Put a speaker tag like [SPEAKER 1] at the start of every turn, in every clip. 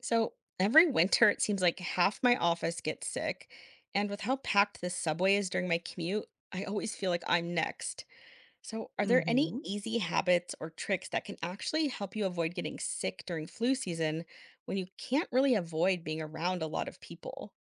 [SPEAKER 1] So every winter, it seems like half my office gets sick. And with how packed the subway is during my commute, I always feel like I'm next. So, are there any
[SPEAKER 2] hmm
[SPEAKER 1] easy habits or tricks that can actually help you avoid getting sick during flu season when you can't really avoid being around a lot of people?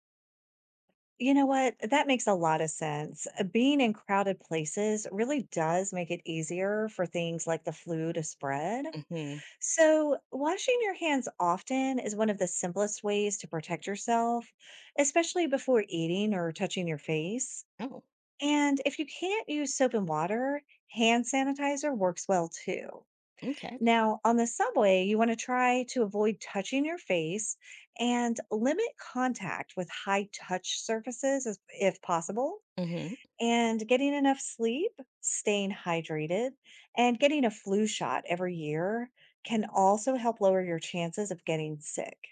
[SPEAKER 2] You know what? That makes a lot of sense. Being in crowded places really does make it easier for things like the flu to spread.
[SPEAKER 1] Hmm.
[SPEAKER 2] So, washing your hands often is one of the simplest ways to protect yourself, especially before eating or touching your face.
[SPEAKER 1] Oh,
[SPEAKER 2] And if you can't use soap and water, hand sanitizer works well too.
[SPEAKER 1] okay.
[SPEAKER 2] Now, on the subway, you want to try to avoid touching your face and limit contact with high touch surfaces as, if possible.
[SPEAKER 1] Hmm.
[SPEAKER 2] And getting enough sleep, staying hydrated, and getting a flu shot every year can also help lower your chances of getting sick.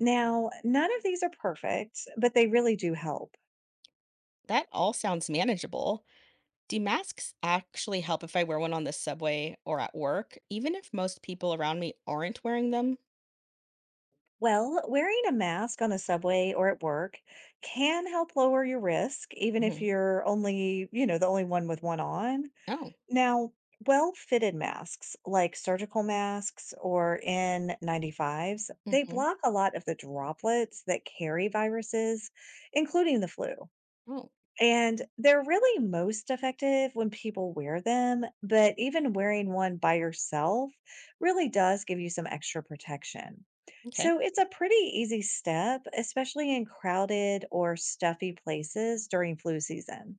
[SPEAKER 2] Now, none of these are perfect, but they really do help.
[SPEAKER 1] That all sounds manageable. Do masks actually help if I wear one on the subway or at work, even if most people around me aren't wearing them?
[SPEAKER 2] Well, wearing a mask on the subway or at work can help lower your risk, even if
[SPEAKER 1] Hmm.
[SPEAKER 2] you're only, the only one with one on.
[SPEAKER 1] Oh.
[SPEAKER 2] Now, well-fitted masks like surgical masks or N95s, they
[SPEAKER 1] Mm-hmm.
[SPEAKER 2] block a lot of the droplets that carry viruses, including the flu.
[SPEAKER 1] Oh,
[SPEAKER 2] And they're really most effective when people wear them, but even wearing one by yourself really does give you some extra protection.
[SPEAKER 1] okay.
[SPEAKER 2] So it's a pretty easy step, especially in crowded or stuffy places during flu season.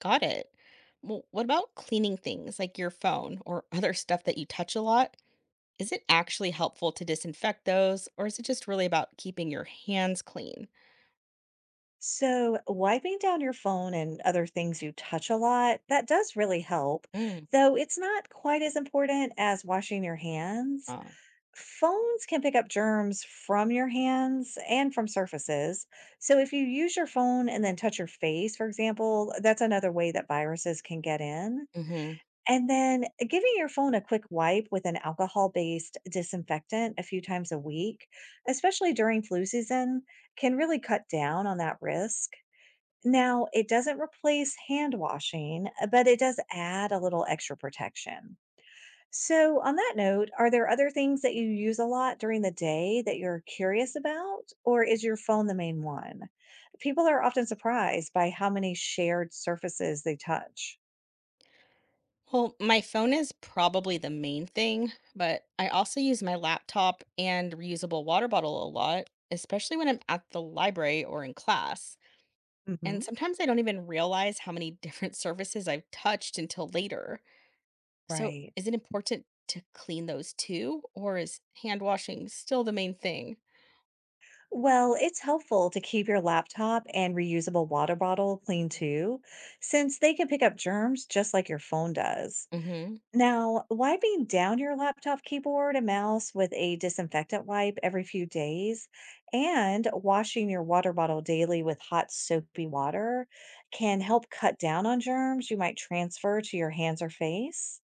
[SPEAKER 1] Got it. Well, what about cleaning things like your phone or other stuff that you touch a lot? Is it actually helpful to disinfect those, or is it just really about keeping your hands clean?
[SPEAKER 2] So wiping down your phone and other things you touch a lot, that does really help,
[SPEAKER 1] Mm.
[SPEAKER 2] though it's not quite as important as washing your hands.
[SPEAKER 1] Uh,
[SPEAKER 2] Phones can pick up germs from your hands and from surfaces. So, if you use your phone and then touch your face, for example, that's another way that viruses can get in.
[SPEAKER 1] hmm.
[SPEAKER 2] And then giving your phone a quick wipe with an alcohol based disinfectant a few times a week, especially during flu season, can really cut down on that risk. Now, it doesn't replace hand washing, but it does add a little extra protection. So, on that note, are there other things that you use a lot during the day that you're curious about, or is your phone the main one? People are often surprised by how many shared surfaces they touch.
[SPEAKER 1] Well, my phone is probably the main thing, but I also use my laptop and reusable water bottle a lot, especially when I'm at the library or in class.
[SPEAKER 2] hmm
[SPEAKER 1] And sometimes I don't even realize how many different surfaces I've touched until later. So,
[SPEAKER 2] Right.
[SPEAKER 1] is it important to clean those too, or is hand washing still the main thing?
[SPEAKER 2] Well, it's helpful to keep your laptop and reusable water bottle clean too, since they can pick up germs just like your phone does.
[SPEAKER 1] Mm hmm.
[SPEAKER 2] Now, wiping down your laptop keyboard and mouse with a disinfectant wipe every few days and washing your water bottle daily with hot soapy water can help cut down on germs you might transfer to your hands or face.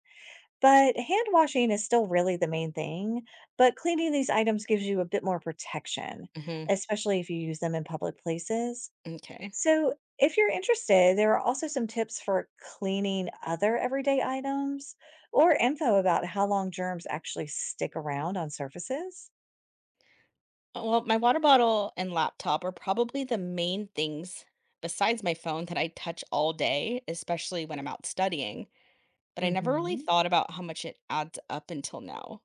[SPEAKER 2] But hand washing is still really the main thing, but cleaning these items gives you a bit more protection,
[SPEAKER 1] Mm
[SPEAKER 2] especially if you use them in public places.
[SPEAKER 1] hmm. Okay.
[SPEAKER 2] So, if you're interested, there are also some tips for cleaning other everyday items or info about how long germs actually stick around on surfaces.
[SPEAKER 1] Well, my water bottle and laptop are probably the main things besides my phone that I touch all day, especially when I'm out studying. But I never really
[SPEAKER 2] hmm
[SPEAKER 1] thought about how much it adds up until now.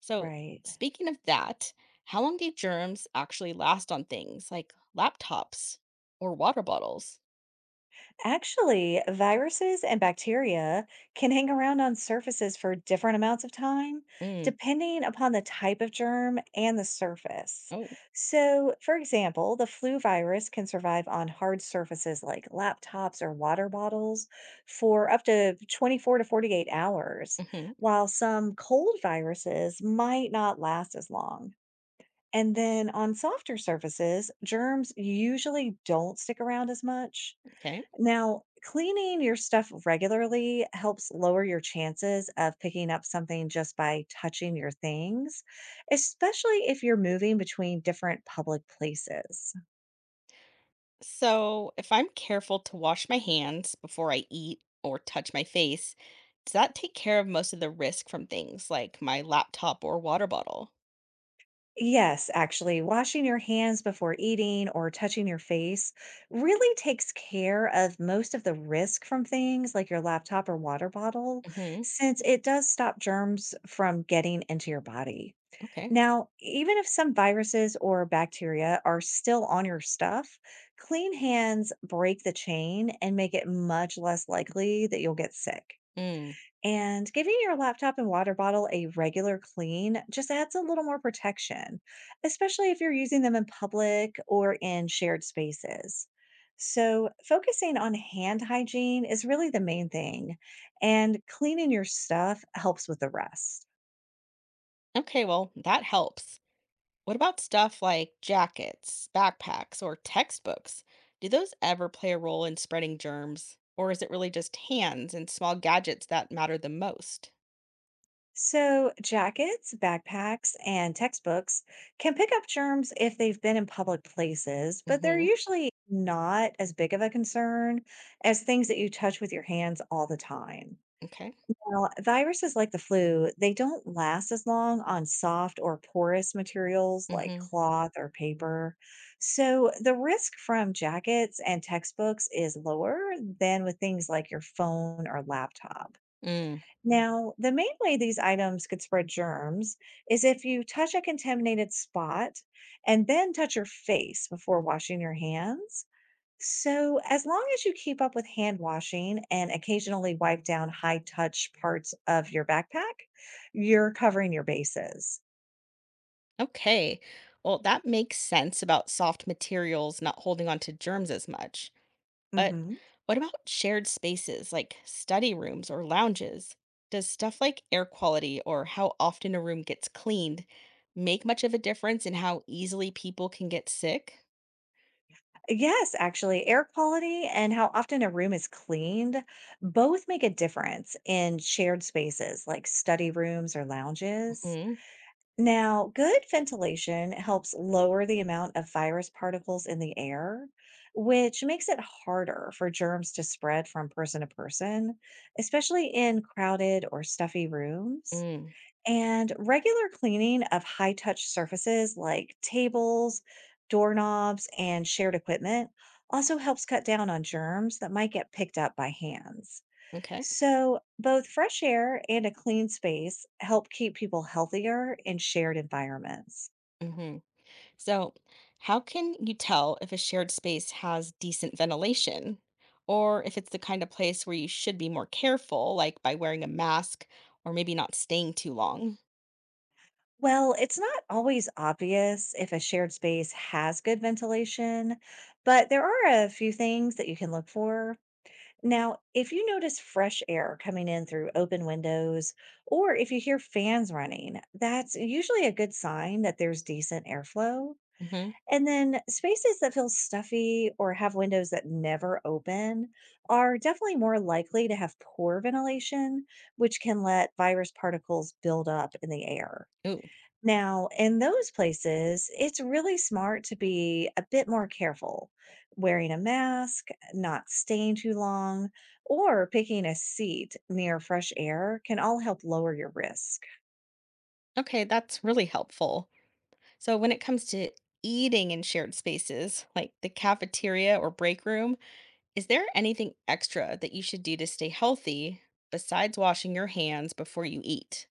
[SPEAKER 1] So,
[SPEAKER 2] Right.
[SPEAKER 1] speaking of that, how long do germs actually last on things like laptops or water bottles?
[SPEAKER 2] Actually, viruses and bacteria can hang around on surfaces for different amounts of time,
[SPEAKER 1] Mm.
[SPEAKER 2] depending upon the type of germ and the surface.
[SPEAKER 1] Oh.
[SPEAKER 2] So, for example, the flu virus can survive on hard surfaces like laptops or water bottles for up to 24 to 48 hours,
[SPEAKER 1] Hmm.
[SPEAKER 2] while some cold viruses might not last as long. And then on softer surfaces, germs usually don't stick around as much.
[SPEAKER 1] Okay.
[SPEAKER 2] Now, cleaning your stuff regularly helps lower your chances of picking up something just by touching your things, especially if you're moving between different public places.
[SPEAKER 1] So, if I'm careful to wash my hands before I eat or touch my face, does that take care of most of the risk from things like my laptop or water bottle?
[SPEAKER 2] Yes, actually, washing your hands before eating or touching your face really takes care of most of the risk from things like your laptop or water bottle,
[SPEAKER 1] Hmm.
[SPEAKER 2] since it does stop germs from getting into your body.
[SPEAKER 1] Okay.
[SPEAKER 2] Now, even if some viruses or bacteria are still on your stuff, clean hands break the chain and make it much less likely that you'll get sick.
[SPEAKER 1] Mm.
[SPEAKER 2] And giving your laptop and water bottle a regular clean just adds a little more protection, especially if you're using them in public or in shared spaces. So, focusing on hand hygiene is really the main thing, and cleaning your stuff helps with the rest.
[SPEAKER 1] Okay, well, that helps. What about stuff like jackets, backpacks, or textbooks? Do those ever play a role in spreading germs, or is it really just hands and small gadgets that matter the most?
[SPEAKER 2] So, jackets, backpacks, and textbooks can pick up germs if they've been in public places, but they're
[SPEAKER 1] Hmm.
[SPEAKER 2] usually not as big of a concern as things that you touch with your hands all the time.
[SPEAKER 1] Okay.
[SPEAKER 2] Now, viruses like the flu, they don't last as long on soft or porous materials like
[SPEAKER 1] Hmm.
[SPEAKER 2] cloth or paper. So, the risk from jackets and textbooks is lower than with things like your phone or laptop.
[SPEAKER 1] Mm.
[SPEAKER 2] Now, the main way these items could spread germs is if you touch a contaminated spot and then touch your face before washing your hands. So, as long as you keep up with hand washing and occasionally wipe down high touch parts of your backpack, you're covering your bases.
[SPEAKER 1] Okay. Well, that makes sense about soft materials not holding on to germs as much. But
[SPEAKER 2] hmm
[SPEAKER 1] what about shared spaces like study rooms or lounges? Does stuff like air quality or how often a room gets cleaned make much of a difference in how easily people can get sick?
[SPEAKER 2] Yes, actually, air quality and how often a room is cleaned both make a difference in shared spaces like study rooms or lounges.
[SPEAKER 1] Hmm.
[SPEAKER 2] Now, good ventilation helps lower the amount of virus particles in the air, which makes it harder for germs to spread from person to person, especially in crowded or stuffy rooms.
[SPEAKER 1] Mm.
[SPEAKER 2] And regular cleaning of high touch surfaces like tables, doorknobs, and shared equipment also helps cut down on germs that might get picked up by hands.
[SPEAKER 1] Okay.
[SPEAKER 2] So, both fresh air and a clean space help keep people healthier in shared environments.
[SPEAKER 1] Mm-hmm. So, how can you tell if a shared space has decent ventilation or if it's the kind of place where you should be more careful, like by wearing a mask or maybe not staying too long?
[SPEAKER 2] Well, it's not always obvious if a shared space has good ventilation, but there are a few things that you can look for. Now, if you notice fresh air coming in through open windows, or if you hear fans running, that's usually a good sign that there's decent airflow.
[SPEAKER 1] Hmm.
[SPEAKER 2] And then spaces that feel stuffy or have windows that never open are definitely more likely to have poor ventilation, which can let virus particles build up in the air.
[SPEAKER 1] Ooh,
[SPEAKER 2] Now, in those places, it's really smart to be a bit more careful, wearing a mask, not staying too long, or picking a seat near fresh air can all help lower your risk.
[SPEAKER 1] okay, that's really helpful. So, when it comes to eating in shared spaces, like the cafeteria or break room, is there anything extra that you should do to stay healthy besides washing your hands before you eat?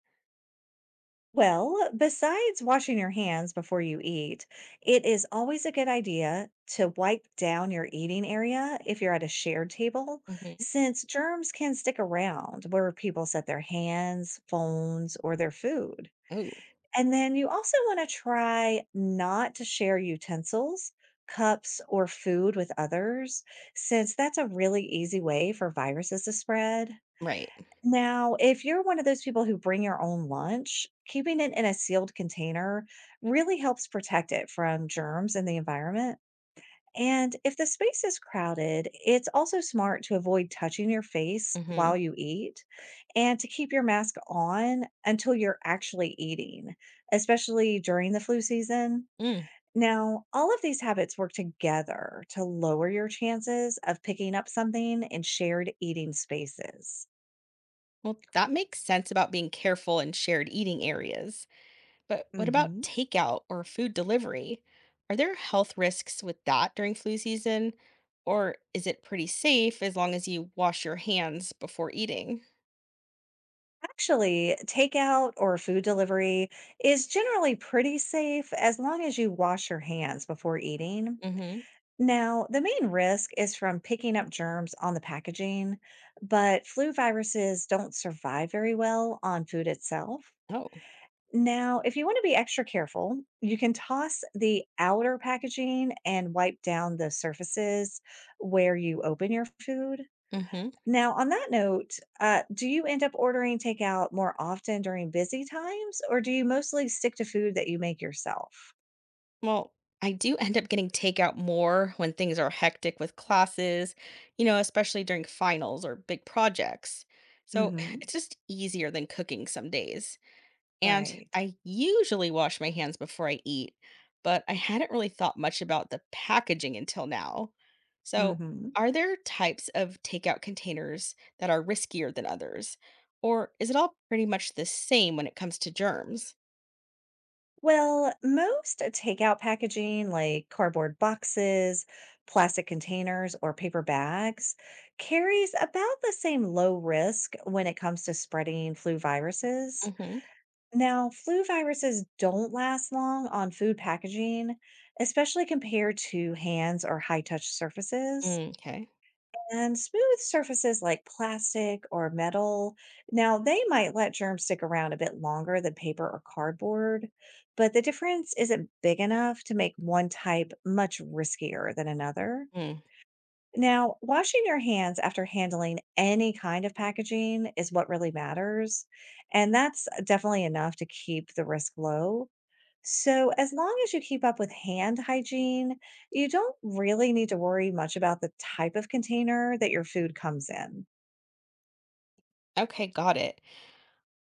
[SPEAKER 2] Well, besides washing your hands before you eat, it is always a good idea to wipe down your eating area if you're at a shared table,
[SPEAKER 1] Hmm.
[SPEAKER 2] since germs can stick around where people set their hands, phones, or their food.
[SPEAKER 1] Ooh,
[SPEAKER 2] And then you also want to try not to share utensils, cups, or food with others, since that's a really easy way for viruses to spread.
[SPEAKER 1] right.
[SPEAKER 2] Now, if you're one of those people who bring your own lunch, keeping it in a sealed container really helps protect it from germs in the environment. And if the space is crowded, it's also smart to avoid touching your face while
[SPEAKER 1] Hmm.
[SPEAKER 2] you eat and to keep your mask on until you're actually eating, especially during the flu season. Now, all of these habits work together to lower your chances of picking up something in shared eating spaces.
[SPEAKER 1] Well, that makes sense about being careful in shared eating areas. But what about
[SPEAKER 2] Mhm.
[SPEAKER 1] takeout or food delivery? Are there health risks with that during flu season? Or is it pretty safe as long as you wash your hands before eating?
[SPEAKER 2] Actually, takeout or food delivery is generally pretty safe as long as you wash your hands before eating.
[SPEAKER 1] Mm-hmm.
[SPEAKER 2] Now, the main risk is from picking up germs on the packaging, but flu viruses don't survive very well on food itself.
[SPEAKER 1] Oh.
[SPEAKER 2] Now, if you want to be extra careful, you can toss the outer packaging and wipe down the surfaces where you open your food.
[SPEAKER 1] Mm-hmm.
[SPEAKER 2] Now, on that note, do you end up ordering takeout more often during busy times, or do you mostly stick to food that you make yourself?
[SPEAKER 1] Well, I do end up getting takeout more when things are hectic with classes, especially during finals or big projects. So
[SPEAKER 2] Mhm.
[SPEAKER 1] it's just easier than cooking some days. And
[SPEAKER 2] Right.
[SPEAKER 1] I usually wash my hands before I eat, but I hadn't really thought much about the packaging until now. So,
[SPEAKER 2] Mhm.
[SPEAKER 1] are there types of takeout containers that are riskier than others? Or is it all pretty much the same when it comes to germs?
[SPEAKER 2] Well, most takeout packaging, like cardboard boxes, plastic containers, or paper bags, carries about the same low risk when it comes to spreading flu viruses.
[SPEAKER 1] Mm-hmm.
[SPEAKER 2] Now, flu viruses don't last long on food packaging, especially compared to hands or high touch surfaces.
[SPEAKER 1] Okay.
[SPEAKER 2] And smooth surfaces like plastic or metal, now they might let germs stick around a bit longer than paper or cardboard, but the difference isn't big enough to make one type much riskier than another.
[SPEAKER 1] Mm.
[SPEAKER 2] Now, washing your hands after handling any kind of packaging is what really matters. And that's definitely enough to keep the risk low. So, as long as you keep up with hand hygiene, you don't really need to worry much about the type of container that your food comes in.
[SPEAKER 1] Okay, got it.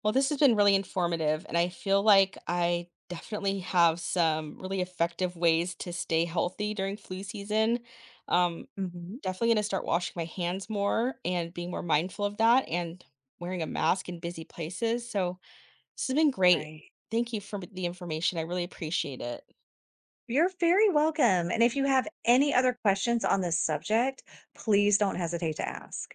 [SPEAKER 1] Well, this has been really informative, and I feel like I definitely have some really effective ways to stay healthy during flu season. Um,
[SPEAKER 2] Mhm.
[SPEAKER 1] Definitely gonna start washing my hands more and being more mindful of that and wearing a mask in busy places, so this has been great.
[SPEAKER 2] Right.
[SPEAKER 1] Thank you for the information, I really appreciate it.
[SPEAKER 2] You're very welcome, and if you have any other questions on this subject, please don't hesitate to ask.